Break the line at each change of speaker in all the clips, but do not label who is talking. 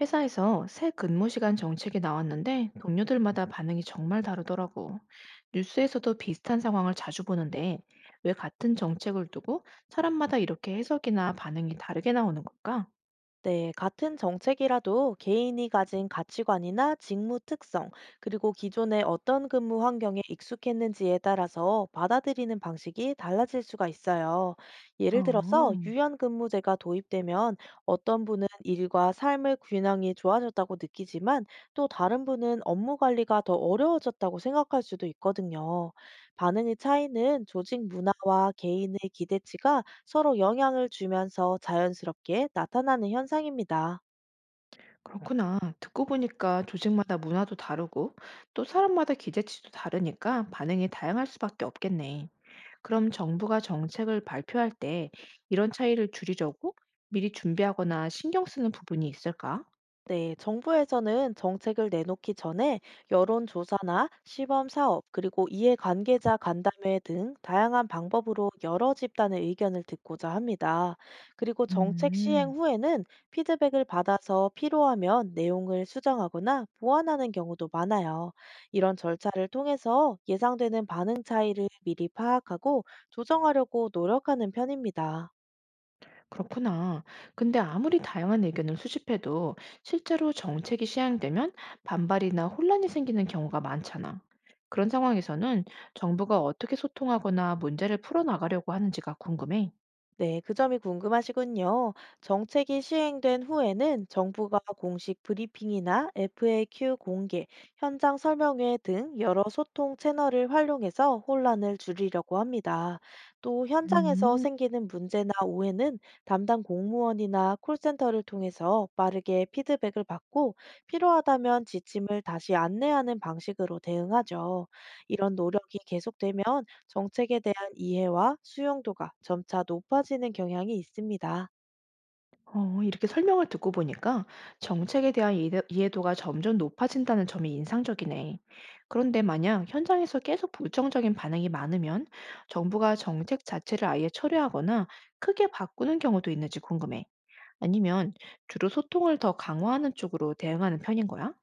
회사에서 새 근무 시간 정책이 나왔는데 동료들마다 반응이 정말 다르더라고. 뉴스에서도 비슷한 상황을 자주 보는데 왜 같은 정책을 두고 사람마다 이렇게 해석이나 반응이 다르게 나오는 걸까?
네, 같은 정책이라도 개인이 가진 가치관이나 직무 특성, 그리고 기존의 어떤 근무 환경에 익숙했는지에 따라서 받아들이는 방식이 달라질 수가 있어요. 예를
어,
들어서 유연 근무제가 도입되면 어떤 분은 일과 삶의 균형이 좋아졌다고 느끼지만 또 다른 분은 업무 관리가 더 어려워졌다고 생각할 수도 있거든요. 반응의 차이는 조직 문화와 개인의 기대치가 서로 영향을 주면서 자연스럽게 나타나는 현상입니다.
그렇구나. 듣고 보니까 조직마다 문화도 다르고 또 사람마다 기대치도 다르니까 반응이 다양할 수밖에 없겠네. 그럼 정부가 정책을 발표할 때 이런 차이를 줄이려고 미리 준비하거나 신경 쓰는 부분이 있을까?
네, 정부에서는 정책을 내놓기 전에 여론조사나 시범사업, 그리고 이해관계자 간담회 등 다양한 방법으로 여러 집단의 의견을 듣고자 합니다. 그리고 정책 시행
음.
후에는 피드백을 받아서 필요하면 내용을 수정하거나 보완하는 경우도 많아요. 이런 절차를 통해서 예상되는 반응 차이를 미리 파악하고 조정하려고 노력하는 편입니다.
그렇구나. 근데 아무리 다양한 의견을 수집해도 실제로 정책이 시행되면 반발이나 혼란이 생기는 경우가 많잖아. 그런 상황에서는 정부가 어떻게 소통하거나 문제를 풀어나가려고 하는지가 궁금해.
네, 그 점이 궁금하시군요. 정책이 시행된 후에는 정부가 공식 브리핑이나 FAQ 공개, 현장 설명회 등 여러 소통 채널을 활용해서 혼란을 줄이려고 합니다. 또 현장에서
음,
생기는 문제나 오해는 담당 공무원이나 콜센터를 통해서 빠르게 피드백을 받고 필요하다면 지침을 다시 안내하는 방식으로 대응하죠. 이런 노력이 계속되면 정책에 대한 이해와 수용도가 점차 높아지는 경향이 있습니다.
이렇게 설명을 듣고 보니까 정책에 대한 이해도가 점점 높아진다는 점이 인상적이네. 그런데 만약 현장에서 계속 부정적인 반응이 많으면 정부가 정책 자체를 아예 철회하거나 크게 바꾸는 경우도 있는지 궁금해. 아니면 주로 소통을 더 강화하는 쪽으로 대응하는 편인 거야?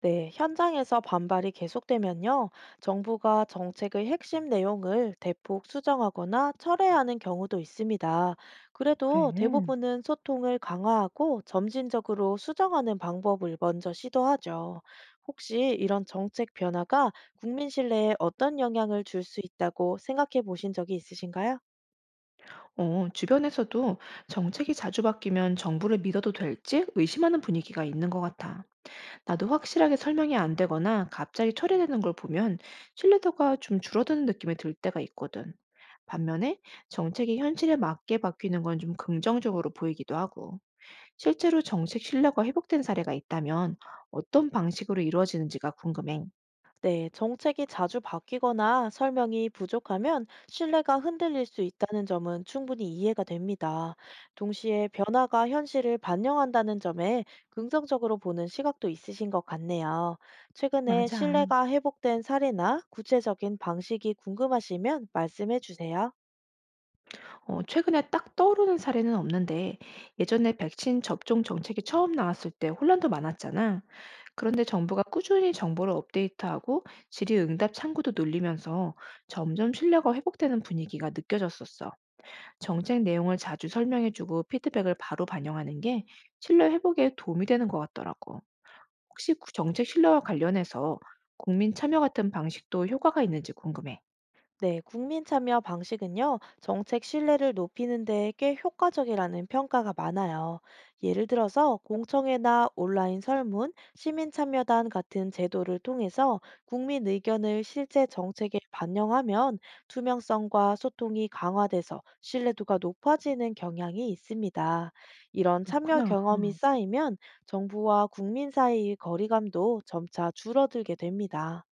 네, 현장에서 반발이 계속되면요, 정부가 정책의 핵심 내용을 대폭 수정하거나 철회하는 경우도 있습니다. 그래도
그래.
대부분은 소통을 강화하고 점진적으로 수정하는 방법을 먼저 시도하죠. 혹시 이런 정책 변화가 국민 신뢰에 어떤 영향을 줄 수 있다고 생각해 보신 적이 있으신가요?
주변에서도 정책이 자주 바뀌면 정부를 믿어도 될지 의심하는 분위기가 있는 것 같아. 나도 확실하게 설명이 안 되거나 갑자기 처리되는 걸 보면 신뢰도가 좀 줄어드는 느낌이 들 때가 있거든. 반면에 정책이 현실에 맞게 바뀌는 건 좀 긍정적으로 보이기도 하고, 실제로 정책 신뢰가 회복된 사례가 있다면 어떤 방식으로 이루어지는지가 궁금해.
네, 정책이 자주 바뀌거나 설명이 부족하면 신뢰가 흔들릴 수 있다는 점은 충분히 이해가 됩니다. 동시에 변화가 현실을 반영한다는 점에 긍정적으로 보는 시각도 있으신 것 같네요. 최근에
맞아.
신뢰가 회복된 사례나 구체적인 방식이 궁금하시면 말씀해 주세요.
최근에 딱 떠오르는 사례는 없는데 예전에 백신 접종 정책이 처음 나왔을 때 혼란도 많았잖아. 그런데 정부가 꾸준히 정보를 업데이트하고 질의응답 창구도 늘리면서 점점 신뢰가 회복되는 분위기가 느껴졌었어. 정책 내용을 자주 설명해주고 피드백을 바로 반영하는 게 신뢰 회복에 도움이 되는 것 같더라고. 혹시 그 정책 신뢰와 관련해서 국민 참여 같은 방식도 효과가 있는지 궁금해.
네, 국민 참여 방식은요, 정책 신뢰를 높이는 데꽤 효과적이라는 평가가 많아요. 예를 들어서 공청회나 온라인 설문, 시민참여단 같은 제도를 통해서 국민 의견을 실제 정책에 반영하면 투명성과 소통이 강화돼서 신뢰도가 높아지는 경향이 있습니다. 이런 참여
그렇구나.
경험이 쌓이면 정부와 국민 사이의 거리감도 점차 줄어들게 됩니다.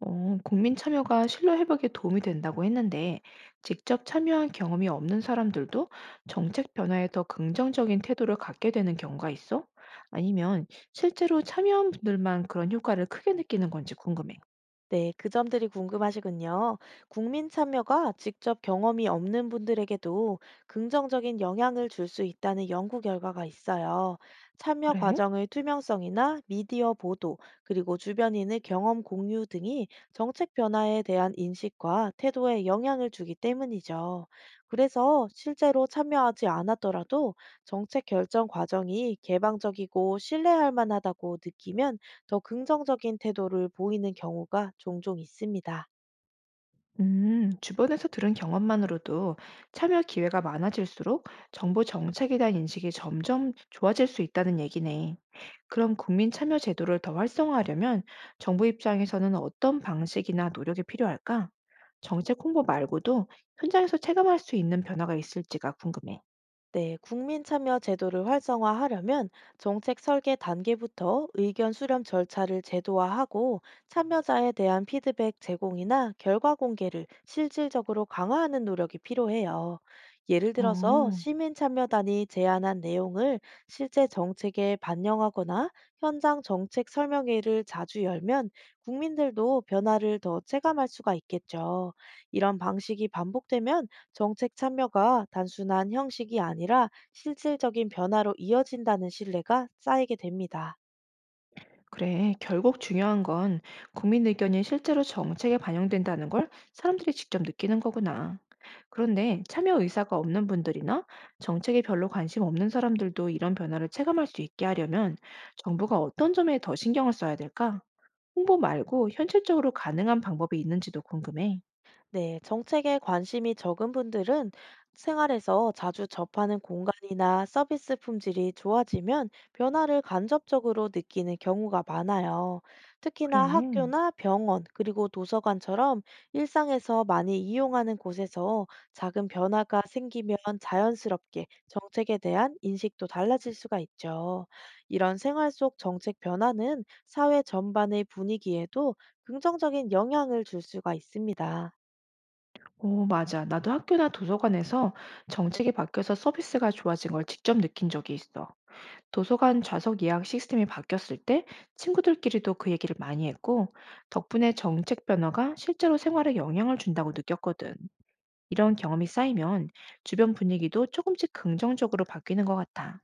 국민 참여가 신뢰 회복에 도움이 된다고 했는데, 직접 참여한 경험이 없는 사람들도 정책 변화에 더 긍정적인 태도를 갖게 되는 경우가 있어? 아니면 실제로 참여한 분들만 그런 효과를 크게 느끼는 건지 궁금해.
네, 그 점들이 궁금하시군요. 국민 참여가 직접 경험이 없는 분들에게도 긍정적인 영향을 줄 수 있다는 연구 결과가 있어요. 참여
그래?
과정의 투명성이나 미디어 보도, 그리고 주변인의 경험 공유 등이 정책 변화에 대한 인식과 태도에 영향을 주기 때문이죠. 그래서 실제로 참여하지 않았더라도 정책 결정 과정이 개방적이고 신뢰할 만하다고 느끼면 더 긍정적인 태도를 보이는 경우가 종종 있습니다.
주변에서 들은 경험만으로도 참여 기회가 많아질수록 정부 정책에 대한 인식이 점점 좋아질 수 있다는 얘기네. 그럼 국민 참여 제도를 더 활성화하려면 정부 입장에서는 어떤 방식이나 노력이 필요할까? 정책 홍보 말고도 현장에서 체감할 수 있는 변화가 있을지가 궁금해.
네, 국민 참여 제도를 활성화하려면 정책 설계 단계부터 의견 수렴 절차를 제도화하고 참여자에 대한 피드백 제공이나 결과 공개를 실질적으로 강화하는 노력이 필요해요. 예를 들어서
어,
시민 참여단이 제안한 내용을 실제 정책에 반영하거나 현장 정책 설명회를 자주 열면 국민들도 변화를 더 체감할 수가 있겠죠. 이런 방식이 반복되면 정책 참여가 단순한 형식이 아니라 실질적인 변화로 이어진다는 신뢰가 쌓이게 됩니다.
그래. 결국 중요한 건 국민 의견이 실제로 정책에 반영된다는 걸 사람들이 직접 느끼는 거구나. 그런데 참여 의사가 없는 분들이나 정책에 별로 관심 없는 사람들도 이런 변화를 체감할 수 있게 하려면 정부가 어떤 점에 더 신경을 써야 될까? 홍보 말고 현실적으로 가능한 방법이 있는지도 궁금해.
네, 정책에 관심이 적은 분들은 생활에서 자주 접하는 공간이나 서비스 품질이 좋아지면 변화를 간접적으로 느끼는 경우가 많아요. 특히나
그래.
학교나 병원, 그리고 도서관처럼 일상에서 많이 이용하는 곳에서 작은 변화가 생기면 자연스럽게 정책에 대한 인식도 달라질 수가 있죠. 이런 생활 속 정책 변화는 사회 전반의 분위기에도 긍정적인 영향을 줄 수가 있습니다.
오, 맞아. 나도 학교나 도서관에서 정책이 바뀌어서 서비스가 좋아진 걸 직접 느낀 적이 있어. 도서관 좌석 예약 시스템이 바뀌었을 때 친구들끼리도 그 얘기를 많이 했고, 덕분에 정책 변화가 실제로 생활에 영향을 준다고 느꼈거든. 이런 경험이 쌓이면 주변 분위기도 조금씩 긍정적으로 바뀌는 것 같아.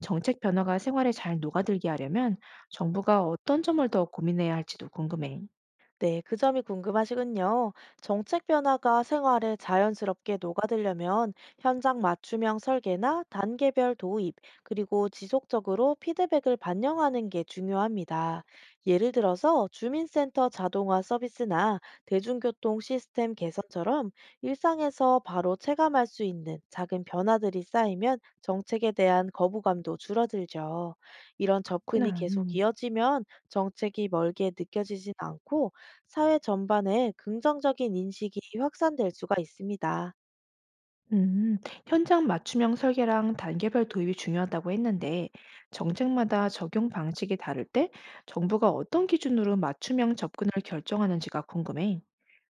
정책 변화가 생활에 잘 녹아들게 하려면 정부가 어떤 점을 더 고민해야 할지도 궁금해.
네, 그 점이 궁금하시군요. 정책 변화가 생활에 자연스럽게 녹아들려면 현장 맞춤형 설계나 단계별 도입, 그리고 지속적으로 피드백을 반영하는 게 중요합니다. 예를 들어서 주민센터 자동화 서비스나 대중교통 시스템 개선처럼 일상에서 바로 체감할 수 있는 작은 변화들이 쌓이면 정책에 대한 거부감도 줄어들죠. 이런 접근이
그렇구나.
계속 이어지면 정책이 멀게 느껴지진 않고 사회 전반에 긍정적인 인식이 확산될 수가 있습니다.
음, 현장 맞춤형 설계랑 단계별 도입이 중요하다고 했는데, 정책마다 적용 방식이 다를 때 정부가 어떤 기준으로 맞춤형 접근을 결정하는지가 궁금해.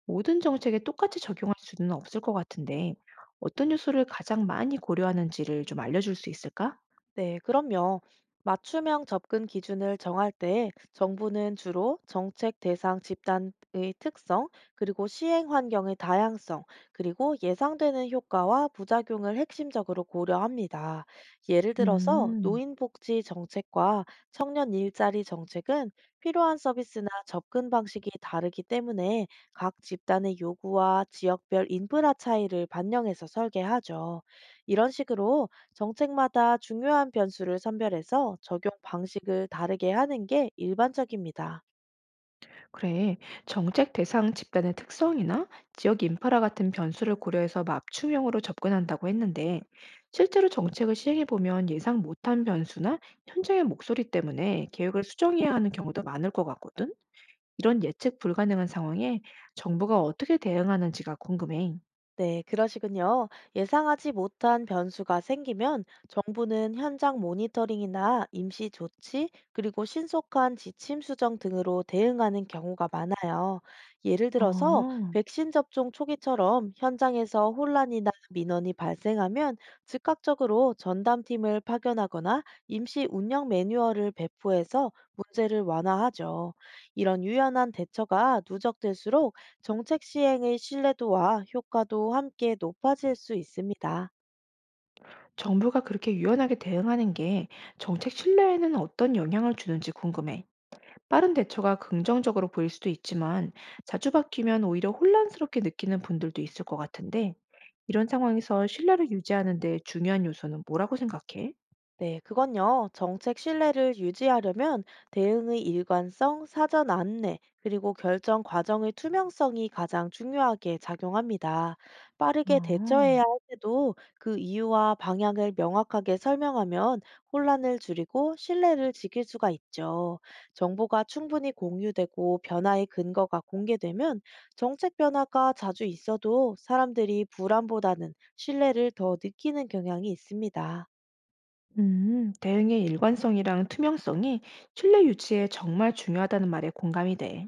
모든 정책에 똑같이 적용할 수는 없을 것 같은데, 어떤 요소를 가장 많이 고려하는지를 좀 알려줄 수 있을까?
네, 그럼요. 맞춤형 접근 기준을 정할 때 정부는 주로 정책 대상 집단의 특성, 그리고 시행 환경의 다양성, 그리고 예상되는 효과와 부작용을 핵심적으로 고려합니다. 예를 들어서
음.
노인복지 정책과 청년 일자리 정책은 필요한 서비스나 접근 방식이 다르기 때문에 각 집단의 요구와 지역별 인프라 차이를 반영해서 설계하죠. 이런 식으로 정책마다 중요한 변수를 선별해서 적용 방식을 다르게 하는 게 일반적입니다.
그래, 정책 대상 집단의 특성이나 지역 인프라 같은 변수를 고려해서 맞춤형으로 접근한다고 했는데, 실제로 정책을 시행해보면 예상 못한 변수나 현장의 목소리 때문에 계획을 수정해야 하는 경우도 많을 것 같거든? 이런 예측 불가능한 상황에 정부가 어떻게 대응하는지가 궁금해.
네, 그러시군요. 예상하지 못한 변수가 생기면 정부는 현장 모니터링이나 임시 조치, 그리고 신속한 지침 수정 등으로 대응하는 경우가 많아요. 예를 들어서
어,
백신 접종 초기처럼 현장에서 혼란이나 민원이 발생하면 즉각적으로 전담팀을 파견하거나 임시 운영 매뉴얼을 배포해서 문제를 완화하죠. 이런 유연한 대처가 누적될수록 정책 시행의 신뢰도와 효과도 함께 높아질 수 있습니다.
정부가 그렇게 유연하게 대응하는 게 정책 신뢰에는 어떤 영향을 주는지 궁금해. 빠른 대처가 긍정적으로 보일 수도 있지만 자주 바뀌면 오히려 혼란스럽게 느끼는 분들도 있을 것 같은데 이런 상황에서 신뢰를 유지하는 데 중요한 요소는 뭐라고 생각해?
네, 그건요. 정책 신뢰를 유지하려면 대응의 일관성, 사전 안내, 그리고 결정 과정의 투명성이 가장 중요하게 작용합니다. 빠르게 대처해야
어,
할 때도 그 이유와 방향을 명확하게 설명하면 혼란을 줄이고 신뢰를 지킬 수가 있죠. 정보가 충분히 공유되고 변화의 근거가 공개되면 정책 변화가 자주 있어도 사람들이 불안보다는 신뢰를 더 느끼는 경향이 있습니다.
대응의 일관성이랑 투명성이 신뢰 유지에 정말 중요하다는 말에 공감이 돼.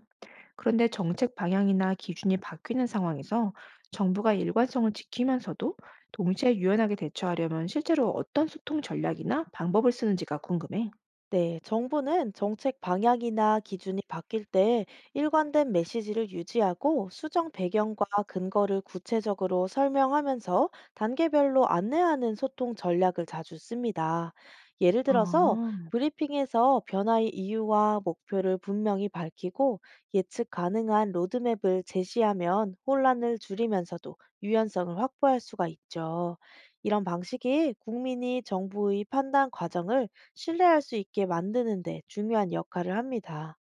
그런데 정책 방향이나 기준이 바뀌는 상황에서 정부가 일관성을 지키면서도 동시에 유연하게 대처하려면 실제로 어떤 소통 전략이나 방법을 쓰는지가 궁금해.
네, 정부는 정책 방향이나 기준이 바뀔 때 일관된 메시지를 유지하고 수정 배경과 근거를 구체적으로 설명하면서 단계별로 안내하는 소통 전략을 자주 씁니다. 예를 들어서
아.
브리핑에서 변화의 이유와 목표를 분명히 밝히고 예측 가능한 로드맵을 제시하면 혼란을 줄이면서도 유연성을 확보할 수가 있죠. 이런 방식이 국민이 정부의 판단 과정을 신뢰할 수 있게 만드는 데 중요한 역할을 합니다.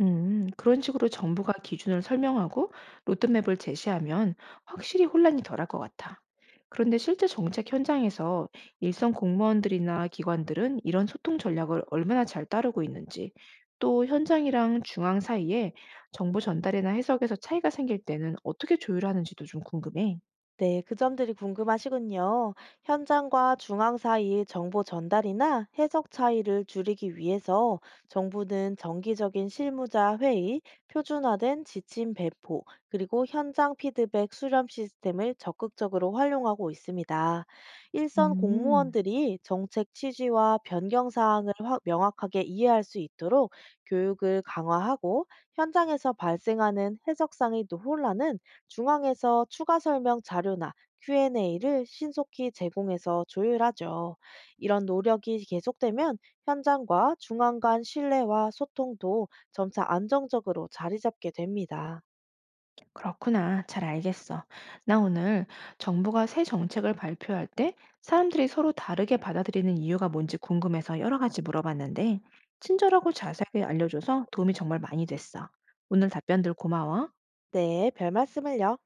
그런 식으로 정부가 기준을 설명하고 로드맵을 제시하면 확실히 혼란이 덜할 것 같아. 그런데 실제 정책 현장에서 일선 공무원들이나 기관들은 이런 소통 전략을 얼마나 잘 따르고 있는지, 또 현장이랑 중앙 사이에 정보 전달이나 해석에서 차이가 생길 때는 어떻게 조율하는지도 좀 궁금해.
네, 그 점들이 궁금하시군요. 현장과 중앙 사이의 정보 전달이나 해석 차이를 줄이기 위해서 정부는 정기적인 실무자 회의, 표준화된 지침 배포, 그리고 현장 피드백 수렴 시스템을 적극적으로 활용하고 있습니다. 일선
음.
공무원들이 정책 취지와 변경 사항을 명확하게 이해할 수 있도록 교육을 강화하고 현장에서 발생하는 해석상의 논란은 중앙에서 추가 설명 자료나 Q&A를 신속히 제공해서 조율하죠. 이런 노력이 계속되면 현장과 중앙 간 신뢰와 소통도 점차 안정적으로 자리 잡게 됩니다.
그렇구나. 잘 알겠어. 나 오늘 정부가 새 정책을 발표할 때 사람들이 서로 다르게 받아들이는 이유가 뭔지 궁금해서 여러 가지 물어봤는데, 친절하고 자세하게 알려줘서 도움이 정말 많이 됐어. 오늘 답변들 고마워.
네, 별 말씀을요.